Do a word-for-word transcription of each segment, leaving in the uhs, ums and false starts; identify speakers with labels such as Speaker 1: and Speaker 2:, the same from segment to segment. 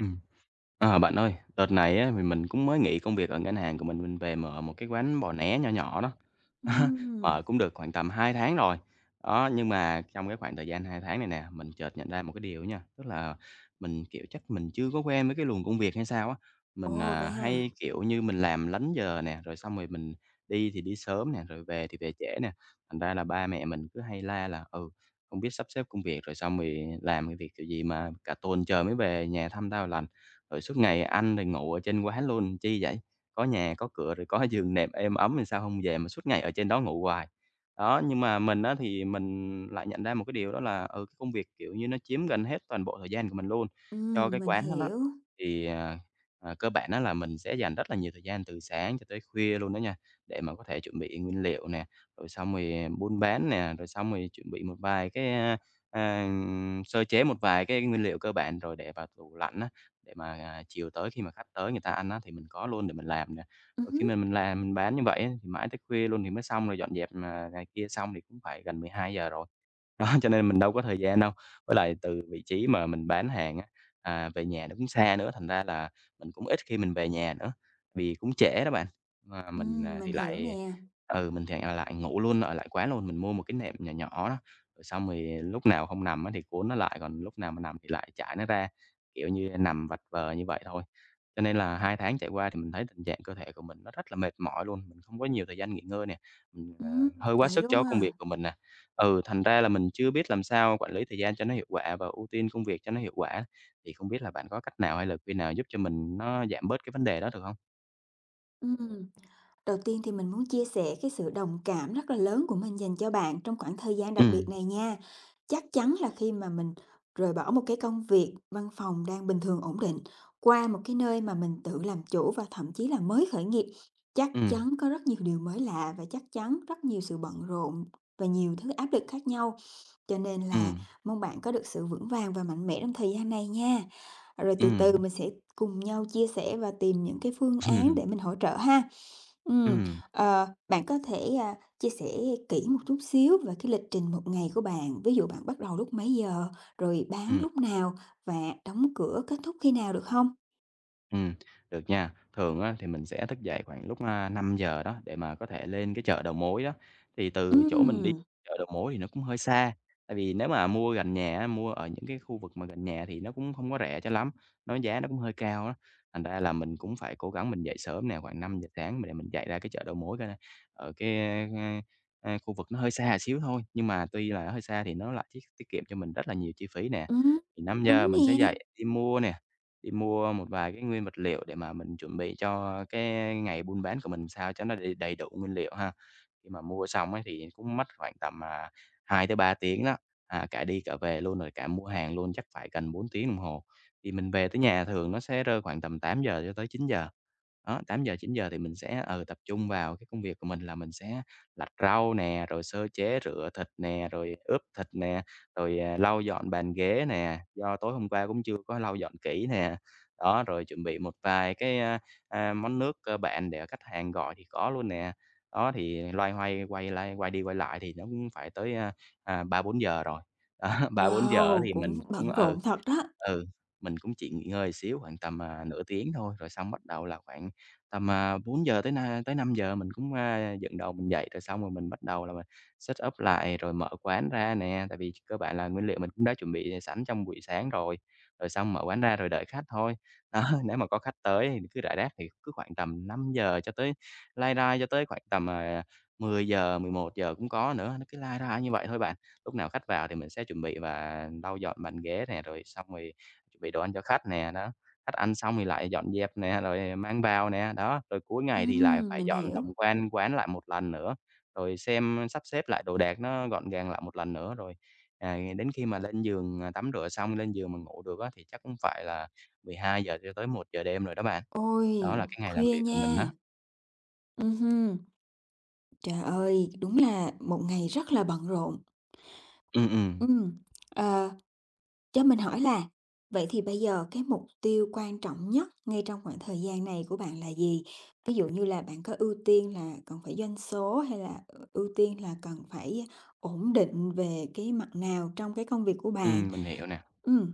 Speaker 1: Ừm. À, bạn ơi, đợt này á, thì mình cũng mới nghỉ công việc ở ngân hàng của mình, mình về mở một cái quán bò né nhỏ nhỏ đó.
Speaker 2: Ừm,
Speaker 1: Mở cũng được khoảng tầm hai tháng rồi. Đó, nhưng mà trong cái khoảng thời gian hai tháng này nè, mình chợt nhận ra một cái điều nha, tức là mình, kiểu, chắc mình chưa có quen với cái luồng công việc hay sao á. Mình,
Speaker 2: ồ,
Speaker 1: à,
Speaker 2: vậy hả?
Speaker 1: hay, kiểu như, mình làm lấn giờ nè, rồi xong rồi mình đi thì đi sớm nè, rồi về thì về trễ nè, thành ra là ba mẹ mình cứ hay la là "Ừ, không biết sắp xếp công việc rồi xong rồi làm cái việc kiểu gì mà cả tuần trời mới về nhà thăm tao lành, rồi suốt ngày ăn rồi ngủ ở trên quá luôn, chi vậy? Có nhà, có cửa rồi có giường nệm êm ấm thì sao không về mà suốt ngày ở trên đó ngủ hoài. Đó, nhưng mà mình á thì mình lại nhận ra một cái điều đó là, ừ, cái công việc, kiểu như, nó chiếm gần hết toàn bộ thời gian của mình luôn, cho
Speaker 2: Ừm,
Speaker 1: cái
Speaker 2: mình
Speaker 1: quán đó đó.
Speaker 2: hiểu.
Speaker 1: Thì, à, à, cơ bản đó là mình sẽ dành rất là nhiều thời gian từ sáng cho tới khuya luôn đó nha, để mà có thể chuẩn bị nguyên liệu nè, rồi xong rồi buôn bán nè, rồi xong rồi chuẩn bị một vài cái, a, à, sơ chế một vài cái nguyên liệu cơ bản rồi để vào tủ lạnh á, để mà, à, chiều tới khi mà khách tới người ta ăn á thì mình có luôn để mình làm nè.
Speaker 2: Ừm
Speaker 1: Rồi khi
Speaker 2: hứm,
Speaker 1: mình mình làm mình bán như vậy á thì mãi tới khuya luôn thì mới xong, rồi dọn dẹp mà này kia xong thì cũng phải gần mười hai giờ rồi. Đó, cho nên mình đâu có thời gian đâu. Với lại từ vị trí mà mình bán hàng á, à, về nhà nó cũng xa nữa, thành ra là mình cũng ít khi mình về nhà nữa, vì cũng trễ đó bạn. Mà mình,
Speaker 2: ừm,
Speaker 1: à,
Speaker 2: mình
Speaker 1: thì
Speaker 2: hiểu
Speaker 1: lại
Speaker 2: nè.
Speaker 1: Ừ, mình thì, à, lại ngủ luôn, ở lại quán luôn. Mình mua một cái nệm nhỏ nhỏ đó, rồi xong rồi lúc nào không nằm á thì cuốn nó lại, còn lúc nào mà nằm thì lại trải nó ra, kiểu như, nằm vật vờ như vậy thôi. Cho nên là hai tháng chạy qua thì mình thấy tình trạng cơ thể của mình nó rất là mệt mỏi luôn, mình không có nhiều thời gian nghỉ ngơi nè, mình, ờ,
Speaker 2: Ừm,
Speaker 1: hơi quá
Speaker 2: vậy
Speaker 1: sức
Speaker 2: luôn
Speaker 1: cho công
Speaker 2: à.
Speaker 1: việc của mình nè. Ừ, thành ra là mình chưa biết làm sao quản lý thời gian cho nó hiệu quả và ưu tiên công việc cho nó hiệu quả. Thì không biết là bạn có cách nào hay lời khuyên nào giúp cho mình nó giảm bớt cái vấn đề đó được hông?
Speaker 2: Ừm. Đầu tiên thì mình muốn chia sẻ cái sự đồng cảm rất là lớn của mình dành cho bạn trong khoảng thời gian đặc biệt
Speaker 1: Ừm,
Speaker 2: này nha. Chắc chắn là khi mà mình rời bỏ một cái công việc văn phòng đang bình thường ổn định qua một cái nơi mà mình tự làm chủ và thậm chí là mới khởi nghiệp, chắc
Speaker 1: ừm,
Speaker 2: chắn có rất nhiều điều mới lạ và chắc chắn rất nhiều sự bận rộn và nhiều thứ áp lực khác nhau. Cho nên là
Speaker 1: ừm,
Speaker 2: mong bạn có được sự vững vàng và mạnh mẽ trong thời gian này nha. Rồi từ
Speaker 1: ừm.
Speaker 2: từ mình sẽ cùng nhau chia sẻ và tìm những cái phương án để mình hỗ trợ ha. Ừm,
Speaker 1: Ừm,
Speaker 2: ờ, bạn có thể, à, chia sẻ kỹ một chút xíu về cái lịch trình một ngày của bạn, ví dụ bạn bắt đầu lúc mấy giờ, rồi bán
Speaker 1: ừm,
Speaker 2: lúc nào và đóng cửa kết thúc khi nào được không?
Speaker 1: ừm, được nha. Thường á thì mình sẽ thức dậy khoảng lúc, à, năm giờ đó để mà có thể lên cái chợ đầu mối đó. Thì từ chỗ mình đi
Speaker 2: Ừm,
Speaker 1: chợ đầu mối thì nó cũng hơi xa, tại vì nếu mà mua gần nhà á, mua ở những cái khu vực mà gần nhà thì nó cũng không có rẻ cho lắm, nó giá nó cũng hơi cao á. Thành ra là mình cũng phải cố gắng mình dậy sớm nè, khoảng năm giờ sáng để mình dậy ra cái chợ đầu mối coi ở cái, a, a, khu vực nó hơi xa xíu thôi, nhưng mà tuy là hơi xa thì nó lại tiết tiết kiệm cho mình rất là nhiều chi phí nè.
Speaker 2: ừm,
Speaker 1: Thì năm giờ
Speaker 2: đúng
Speaker 1: mình sẽ
Speaker 2: nè.
Speaker 1: dậy đi mua nè, đi mua một vài cái nguyên vật liệu để mà mình chuẩn bị cho cái ngày buôn bán của mình sao cho nó đầy đầy đủ nguyên liệu ha. Khi mà mua xong ấy thì cũng mất khoảng tầm, à, hai tới ba tiếng đó, à, cả đi cả về luôn, rồi cả mua hàng luôn chắc phải gần bốn tiếng đồng hồ. Thì mình về tới nhà thường nó sẽ rơi khoảng tầm tám giờ cho tới chín giờ. Đó, tám giờ chín giờ thì mình sẽ, ừ, tập trung vào cái công việc của mình là mình sẽ lặt rau nè, rồi sơ chế rửa thịt nè, rồi ướp thịt nè, rồi, à, lau dọn bàn ghế nè, do tối hôm qua cũng chưa có lau dọn kỹ nè. Đó, rồi chuẩn bị một vài cái, a, a, món nước cơ bản để khách hàng gọi thì có luôn nè. Đó, thì loay hoay quay lại quay đi quay lại thì nó cũng phải tới, a, à, ba giờ-4:00 giờ rồi. Đó, ba giờ-bốn giờ á
Speaker 2: Wow,
Speaker 1: thì mình
Speaker 2: cũng
Speaker 1: cũng
Speaker 2: bận
Speaker 1: ừ,
Speaker 2: rộn thật đó.
Speaker 1: ừ, mình cũng chỉ nghỉ ngơi xíu khoảng tầm, à, nửa tiếng thôi, rồi xong bắt đầu là khoảng tầm, à, bốn giờ tới na tới năm giờ mình cũng, a, dựng đầu mình dậy, rồi xong rồi mình bắt đầu là mình set up lại rồi mở quán ra nè, tại vì cơ bản là nguyên liệu mình cũng đã chuẩn bị sẵn trong buổi sáng rồi, rồi xong mở quán ra rồi đợi khách thôi. Đó, nếu mà có khách tới thì cứ rải rác thì cứ khoảng tầm năm giờ cho tới lai rai cho tới khoảng tầm, à, mười giờ, mười một giờ cũng có nữa, nó cứ lai rai như vậy thôi bạn. Lúc nào khách vào thì mình sẽ chuẩn bị và lau dọn bàn ghế nè, rồi xong rồi chuẩn bị đồ ăn cho khách nè, đó. Khách ăn xong thì lại dọn dẹp nè, rồi mang vào nè, đó. Rồi cuối ngày thì lại
Speaker 2: Ừm,
Speaker 1: phải
Speaker 2: mình
Speaker 1: dọn
Speaker 2: hiểu.
Speaker 1: tổng quan quán lại một lần nữa, rồi xem sắp xếp lại đồ đạc nó gọn gàng lại một lần nữa, rồi, à, đến khi mà lên giường, à, tắm rửa xong lên giường mà ngủ được á thì chắc cũng phải là mười hai giờ cho tới một giờ đêm rồi đó bạn.
Speaker 2: Ôi,
Speaker 1: Đó là cái ngày làm
Speaker 2: khuya
Speaker 1: việc của
Speaker 2: nha.
Speaker 1: mình á.
Speaker 2: Ừm hưm, trời ơi, đúng là một ngày rất là bận rộn.
Speaker 1: Ừm, ừm.
Speaker 2: Ừm, ờ Cho mình hỏi là vậy thì bây giờ cái mục tiêu quan trọng nhất ngay trong khoảng thời gian này của bạn là gì? Ví dụ như là bạn có ưu tiên là cần phải doanh số hay là ờ, ưu tiên là cần phải ổn định về cái mặt nào trong cái công việc của bạn?
Speaker 1: Ừm, mình hiểu nè.
Speaker 2: Ừ,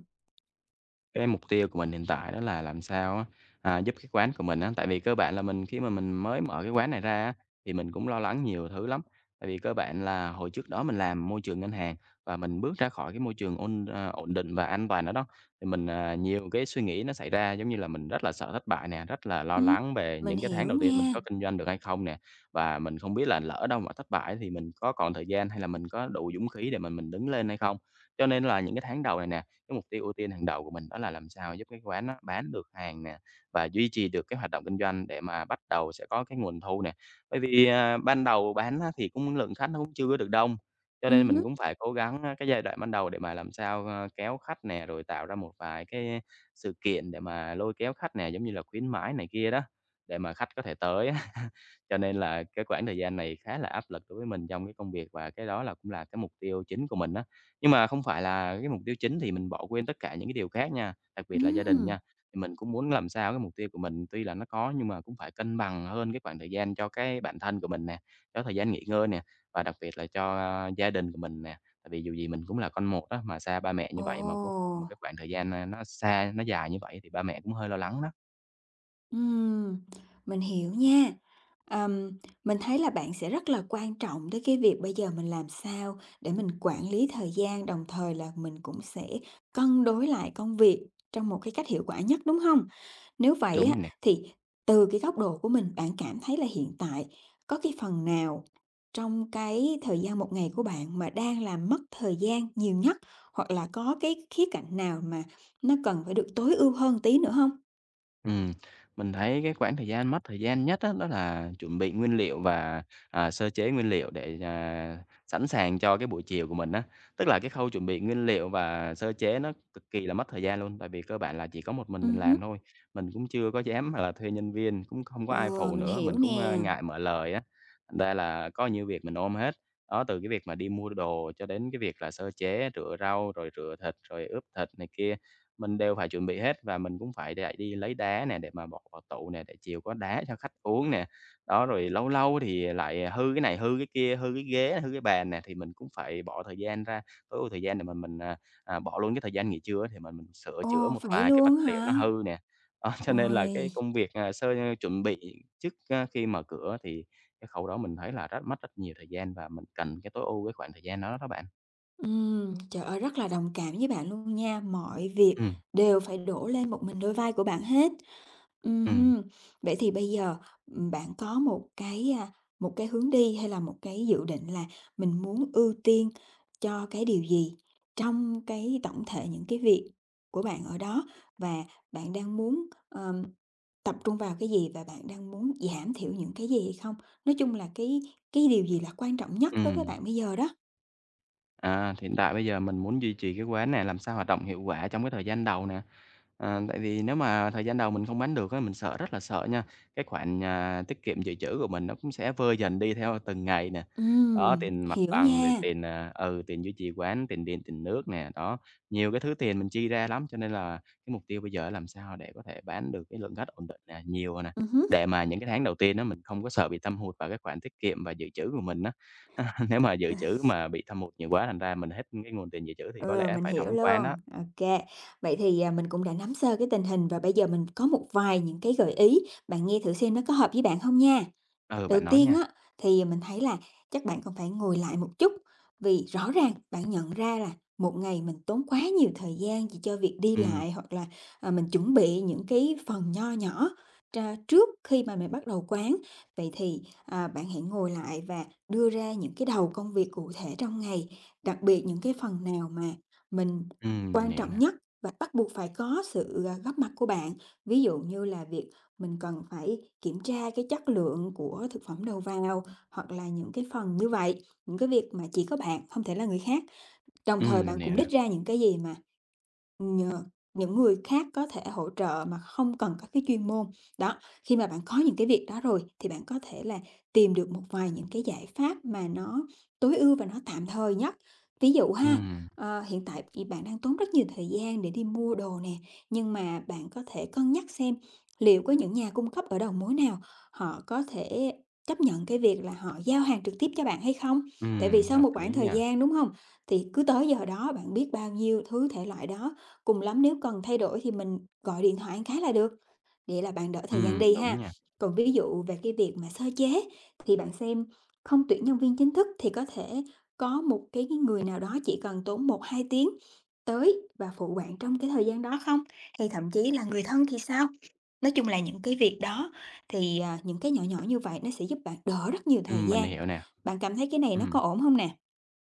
Speaker 1: Cái mục tiêu của mình hiện tại đó là làm sao á, à, giúp cái quán của mình á tại vì cơ bản là mình khi mà mình mới mở cái quán này ra á, thì mình cũng lo lắng nhiều thứ lắm. Tại vì cơ bản là hồi trước đó mình làm môi trường ngân hàng và mình bước ra khỏi cái môi trường ổn ờ, ổn định và an toàn đó đó, thì mình, à, nhiều cái suy nghĩ nó xảy ra, giống như là, mình rất là sợ thất bại nè, rất là
Speaker 2: ừ,
Speaker 1: lo lắng về
Speaker 2: mình
Speaker 1: những cái tháng
Speaker 2: hiểu
Speaker 1: đầu tiên mình
Speaker 2: nha.
Speaker 1: có kinh doanh được hay không nè. Và mình không biết là lỡ đâu mà thất bại thì mình có còn thời gian hay là mình có đủ dũng khí để mà mình đứng lên hay không. Cho nên là những cái tháng đầu này nè, cái mục tiêu ưu tiên hàng đầu của mình đó là làm sao giúp cái quán nó bán được hàng nè, và duy trì được cái hoạt động kinh doanh để mà bắt đầu sẽ có cái nguồn thu nè. Bởi vì, à, ban đầu bán á thì cũng lượng khách nó cũng chưa có được đông, cho nên mình
Speaker 2: Ừ,
Speaker 1: cũng phải cố gắng, a, cái giai đoạn ban đầu để mà làm sao, ơ, kéo khách nè, rồi tạo ra một vài cái sự kiện để mà lôi kéo khách nè, giống như là khuyến mãi này kia đó, để mà khách có thể tới á. Cho nên là cái quãng thời gian này khá là áp lực đối với mình trong cái công việc và cái đó là cũng là cái mục tiêu chính của mình á. Nhưng mà không phải là cái mục tiêu chính thì mình bỏ quên tất cả những cái điều khác nha, đặc biệt là gia đình
Speaker 2: ừ.
Speaker 1: nha. Thì mình cũng muốn làm sao cái mục tiêu của mình tuy là nó có nhưng mà cũng phải cân bằng hơn cái khoảng thời gian cho cái bản thân của mình nè, cho thời gian nghỉ ngơi nè, và đặc biệt là cho, a, gia đình của mình nè. Tại vì dù gì mình cũng là con một đó mà xa ba mẹ như
Speaker 2: Ồ.
Speaker 1: vậy mà mất một cái khoảng thời gian, a, nó xa, nó dài như vậy thì ba mẹ cũng hơi lo lắng đó.
Speaker 2: Ừm, mình hiểu nha. Ờm, mình thấy là bạn sẽ rất là quan trọng tới cái việc bây giờ mình làm sao để mình quản lý thời gian, đồng thời là mình cũng sẽ cân đối lại công việc trong một cái cách hiệu quả nhất, đúng không? Nếu vậy
Speaker 1: Đúng
Speaker 2: á,
Speaker 1: rồi nè.
Speaker 2: thì từ cái góc độ của mình, bạn cảm thấy là hiện tại có cái phần nào trong cái thời gian một ngày của bạn mà đang làm mất thời gian nhiều nhất, hoặc là có cái khía cạnh nào mà nó cần phải được tối ưu hơn tí nữa không?
Speaker 1: Ừm, mình thấy cái quãng thời gian mất thời gian nhất á, đó là chuẩn bị nguyên liệu và, à, sơ chế nguyên liệu để, à, sẵn sàng cho cái buổi chiều của mình á. Tức là cái khâu chuẩn bị nguyên liệu và sơ chế nó cực kỳ là mất thời gian luôn, tại vì cơ bản là chỉ có một mình mình
Speaker 2: Ừm.
Speaker 1: làm thôi. Mình cũng chưa có dám là thuê nhân viên, cũng không có ai
Speaker 2: Ờ,
Speaker 1: phụ
Speaker 2: mình
Speaker 1: nữa,
Speaker 2: hiểu
Speaker 1: mình cũng, a,
Speaker 2: nè.
Speaker 1: ngại mở lời á, thành ra là có nhiều việc mình ôm hết. Đó, từ cái việc mà đi mua đồ cho đến cái việc là sơ chế, rửa rau, rồi rửa thịt, rồi ướp thịt này kia. Mình đều phải chuẩn bị hết và mình cũng phải lại đi lấy đá nè, để mà bỏ vào tủ nè, để chiều có đá cho khách uống nè. Đó, rồi lâu lâu thì lại hư cái này, hư cái kia, hư cái ghế, hư cái bàn nè, thì mình cũng phải bỏ thời gian ra, tối ưu thời gian để mà mình, à, à, bỏ luôn cái thời gian nghỉ trưa á, thì mà mình sửa chữa
Speaker 2: Ồ,
Speaker 1: một
Speaker 2: vậy
Speaker 1: vài cái vật
Speaker 2: luôn
Speaker 1: liệu
Speaker 2: hả?
Speaker 1: nó hư nè. Đó, cho nên là
Speaker 2: Ôi,
Speaker 1: cái công việc, à, sơ ờ, chuẩn bị trước, a, khi mở cửa thì cái khâu đó mình thấy là rất mất rất nhiều thời gian và mình cần cái tối ưu cái khoảng thời gian đó đó bạn.
Speaker 2: ừm, trời ơi rất là đồng cảm với bạn luôn nha, mọi việc
Speaker 1: Ừ,
Speaker 2: đều phải đổ lên một mình đôi vai của bạn hết.
Speaker 1: ừ,
Speaker 2: Ừm. Vậy thì bây giờ, ừm, bạn có một cái, a, một cái hướng đi hay là một cái dự định là mình muốn ưu tiên cho cái điều gì trong cái tổng thể những cái việc của bạn ở đó? Và bạn đang muốn, ờ Tập trung vào cái gì và bạn đang muốn giảm thiểu những cái gì không? Nói chung là cái cái điều gì là quan trọng nhất đối với
Speaker 1: ừm.
Speaker 2: bạn bây giờ đó?
Speaker 1: À, hiện tại bây giờ mình muốn duy trì cái quán này làm sao hoạt động hiệu quả trong cái thời gian đầu nè. À, tại vì nếu mà thời gian đầu mình không bán được á, mình sợ rất là sợ nha. Cái khoản, à, tiết kiệm dự trữ của mình nó cũng sẽ vơi dần đi theo từng ngày nè. Đó,
Speaker 2: Ừm,
Speaker 1: tiền mặt
Speaker 2: hiểu
Speaker 1: bằng rồi
Speaker 2: nha.
Speaker 1: tiền, à, ừ, tiền duy trì quán, tiền điện, tiền nước nè, đó, nhiều cái thứ tiền mình chi ra lắm, cho nên là cái mục tiêu bây giờ là làm sao để có thể bán được cái lượng khách ổn định nè, nhiều nè,
Speaker 2: Ừm hứm.
Speaker 1: để mà những cái tháng đầu tiên đó mình không có sợ bị thâm hụt vào cái khoản tiết kiệm và dự trữ của mình á. Nếu mà dự trữ mà bị thâm hụt nhiều quá thành ra mình hết cái nguồn tiền dự trữ thì có
Speaker 2: Ừ,
Speaker 1: lẽ
Speaker 2: mình
Speaker 1: phải
Speaker 2: hiểu
Speaker 1: đóng quán
Speaker 2: luôn.
Speaker 1: đó.
Speaker 2: OK. Vậy thì, à, mình cũng đã nắm sơ cái tình hình và bây giờ mình có một vài những cái gợi ý, bạn nghe thử xem nó có hợp với bạn không nha.
Speaker 1: Ừ,
Speaker 2: Đầu
Speaker 1: bạn nói
Speaker 2: tiên
Speaker 1: nha.
Speaker 2: á, thì mình thấy là chắc bạn cần phải ngồi lại một chút, vì rõ ràng bạn nhận ra là một ngày mình tốn quá nhiều thời gian chỉ cho việc đi
Speaker 1: Ừm,
Speaker 2: lại hoặc là, à, mình chuẩn bị những cái phần nho nhỏ tra trước khi mà mình bắt đầu quán. Vậy thì, à, bạn hãy ngồi lại và đưa ra những cái đầu công việc cụ thể trong ngày, đặc biệt những cái phần nào mà mình
Speaker 1: ừm, mình
Speaker 2: quan
Speaker 1: hiểu
Speaker 2: trọng
Speaker 1: nè.
Speaker 2: nhất và bắt buộc phải có sự, à, góp mặt của bạn. Ví dụ như là việc mình cần phải kiểm tra cái chất lượng của thực phẩm đầu vào, hoặc là những cái phần như vậy, những cái việc mà chỉ có bạn, không thể là người khác. Đồng thời
Speaker 1: Ừm,
Speaker 2: bạn
Speaker 1: mình
Speaker 2: cũng
Speaker 1: hiểu nè.
Speaker 2: list ra những cái gì mà nhờ những người khác có thể hỗ trợ mà không cần có cái chuyên môn. Đó, khi mà bạn có những cái việc đó rồi thì bạn có thể là tìm được một vài những cái giải pháp mà nó tối ưu và nó tạm thời nhất. Ví dụ ha,
Speaker 1: Ừm,
Speaker 2: ờ, hiện tại thì bạn đang tốn rất nhiều thời gian để đi mua đồ nè, nhưng mà bạn có thể cân nhắc xem liệu có những nhà cung cấp ở đầu mối nào họ có thể chấp nhận cái việc là họ giao hàng trực tiếp cho bạn hay không? Tại vì
Speaker 1: ừm,
Speaker 2: sau
Speaker 1: hợp
Speaker 2: một khoảng
Speaker 1: lý
Speaker 2: thời
Speaker 1: nha.
Speaker 2: gian, đúng không? Thì cứ tới giờ đó bạn biết bao nhiêu thứ thể loại đó, cùng lắm nếu cần thay đổi thì mình gọi điện thoại một cái là được, vậy là bạn đỡ thời gian
Speaker 1: Ừm,
Speaker 2: đi
Speaker 1: đúng
Speaker 2: ha.
Speaker 1: nha.
Speaker 2: Còn ví dụ về cái việc mà sơ chế thì bạn xem không tuyển nhân viên chính thức thì có thể có một cái người nào đó chỉ cần tốn một hai tiếng tới và phụ bạn trong cái thời gian đó không? Hay thậm chí là người thân thì sao? Nói chung là những cái việc đó thì, à, những cái nhỏ nhỏ như vậy nó sẽ giúp bạn đỡ rất nhiều thời
Speaker 1: Ừm, mình
Speaker 2: gian.
Speaker 1: hiểu nè.
Speaker 2: Bạn cảm thấy cái này nó
Speaker 1: Ừm.
Speaker 2: có ổn không nè?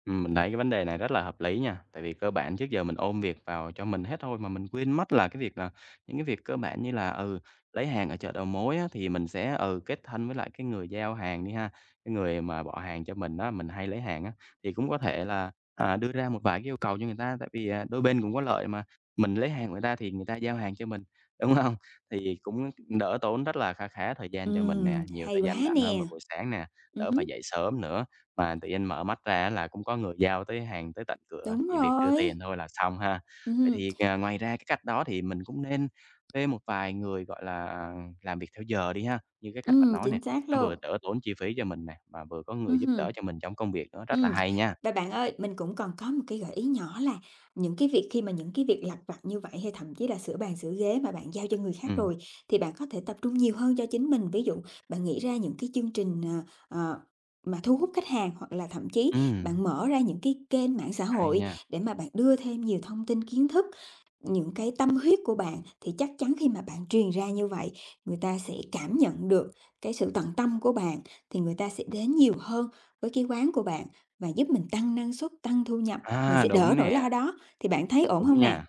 Speaker 1: Ừm, mình thấy cái vấn đề này rất là hợp lý nha, tại vì cơ bản trước giờ mình ôm việc vào cho mình hết thôi mà mình quên mất là cái việc là những cái việc cơ bản như là, ừ, lấy hàng ở chợ đầu mối á, thì mình sẽ, ừ, kết thân với lại cái người giao hàng đi ha, cái người mà bỏ hàng cho mình đó mình hay lấy hàng á, thì cũng có thể là, à, đưa ra một vài cái yêu cầu cho người ta, tại vì, à, đôi bên cũng có lợi mà, mình lấy hàng người ta thì người ta giao hàng cho mình, đúng không? Thì cũng đỡ tốn rất là khá khá thời gian cho mình
Speaker 2: Ừm,
Speaker 1: nè, nhiều
Speaker 2: hay
Speaker 1: thời
Speaker 2: quá
Speaker 1: gian rảnh hơn vào
Speaker 2: nè!
Speaker 1: buổi sáng nè, đỡ
Speaker 2: Ừm.
Speaker 1: phải dậy sớm nữa. Mà tự nhiên mở mắt ra là cũng có người giao tới hàng tới tận cửa,
Speaker 2: Đúng
Speaker 1: chỉ việc đưa
Speaker 2: rồi.
Speaker 1: tiền thôi là xong ha. Vậy
Speaker 2: Ừm,
Speaker 1: thì, à, ngoài ra cái cách đó thì mình cũng nên thuê một vài người, gọi là, à, làm việc theo giờ đi ha. Như cái cách bạn
Speaker 2: ừm,
Speaker 1: nói nè,
Speaker 2: chính xác
Speaker 1: nó
Speaker 2: luôn.
Speaker 1: vừa đỡ tốn chi phí cho mình nè, mà vừa có người giúp đỡ
Speaker 2: Ừm.
Speaker 1: cho mình trong công việc nữa, rất là
Speaker 2: Ừm,
Speaker 1: hay nha.
Speaker 2: và bạn ơi, mình cũng còn có một cái gợi ý nhỏ là những cái việc khi mà những cái việc lặt vặt như vậy hay thậm chí là sửa bàn sửa ghế mà bạn giao cho người khác
Speaker 1: Ừm,
Speaker 2: rồi thì bạn có thể tập trung nhiều hơn cho chính mình. Ví dụ bạn nghĩ ra những cái chương trình, ờ, ờ, mà thu hút khách hàng hoặc là thậm chí
Speaker 1: ừm,
Speaker 2: bạn mở ra những cái kênh mạng xã
Speaker 1: hay
Speaker 2: hội
Speaker 1: nha.
Speaker 2: để mà bạn đưa thêm nhiều thông tin kiến thức. Những cái tâm huyết của bạn thì chắc chắn khi mà bạn truyền ra như vậy, người ta sẽ cảm nhận được cái sự tận tâm của bạn, thì người ta sẽ đến nhiều hơn với cái quán của bạn. Và giúp mình tăng năng suất, tăng thu nhập, mình
Speaker 1: À,
Speaker 2: sẽ đỡ
Speaker 1: đúng
Speaker 2: nỗi
Speaker 1: nè,
Speaker 2: lo đó, thì bạn thấy ổn
Speaker 1: đúng
Speaker 2: không nè?
Speaker 1: nha.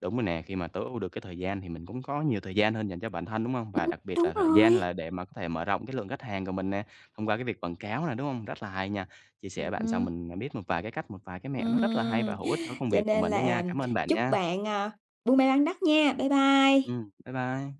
Speaker 1: Đúng rồi nè, khi mà tối ưu được cái thời gian thì mình cũng có nhiều thời gian hơn dành cho bản thân, đúng không? Và
Speaker 2: Ừm,
Speaker 1: đặc biệt
Speaker 2: đúng
Speaker 1: là thời
Speaker 2: rồi.
Speaker 1: gian là để mà có thể mở rộng cái lượng khách hàng của mình nè, thông qua cái việc quảng cáo nè, đúng không? Rất là hay nha. Chia sẻ bạn xong
Speaker 2: Ừm.
Speaker 1: mình, à, biết một vài cái cách, một vài cái mẹo nó rất là hay và
Speaker 2: Ừm.
Speaker 1: hữu ích cho công
Speaker 2: Cho
Speaker 1: việc của
Speaker 2: nên
Speaker 1: mình đó nha.
Speaker 2: là
Speaker 1: Cảm ơn bạn
Speaker 2: chúc
Speaker 1: nha.
Speaker 2: bạn, à, buôn may bán đắt nha. Bye bye.
Speaker 1: Ừm, bye bye.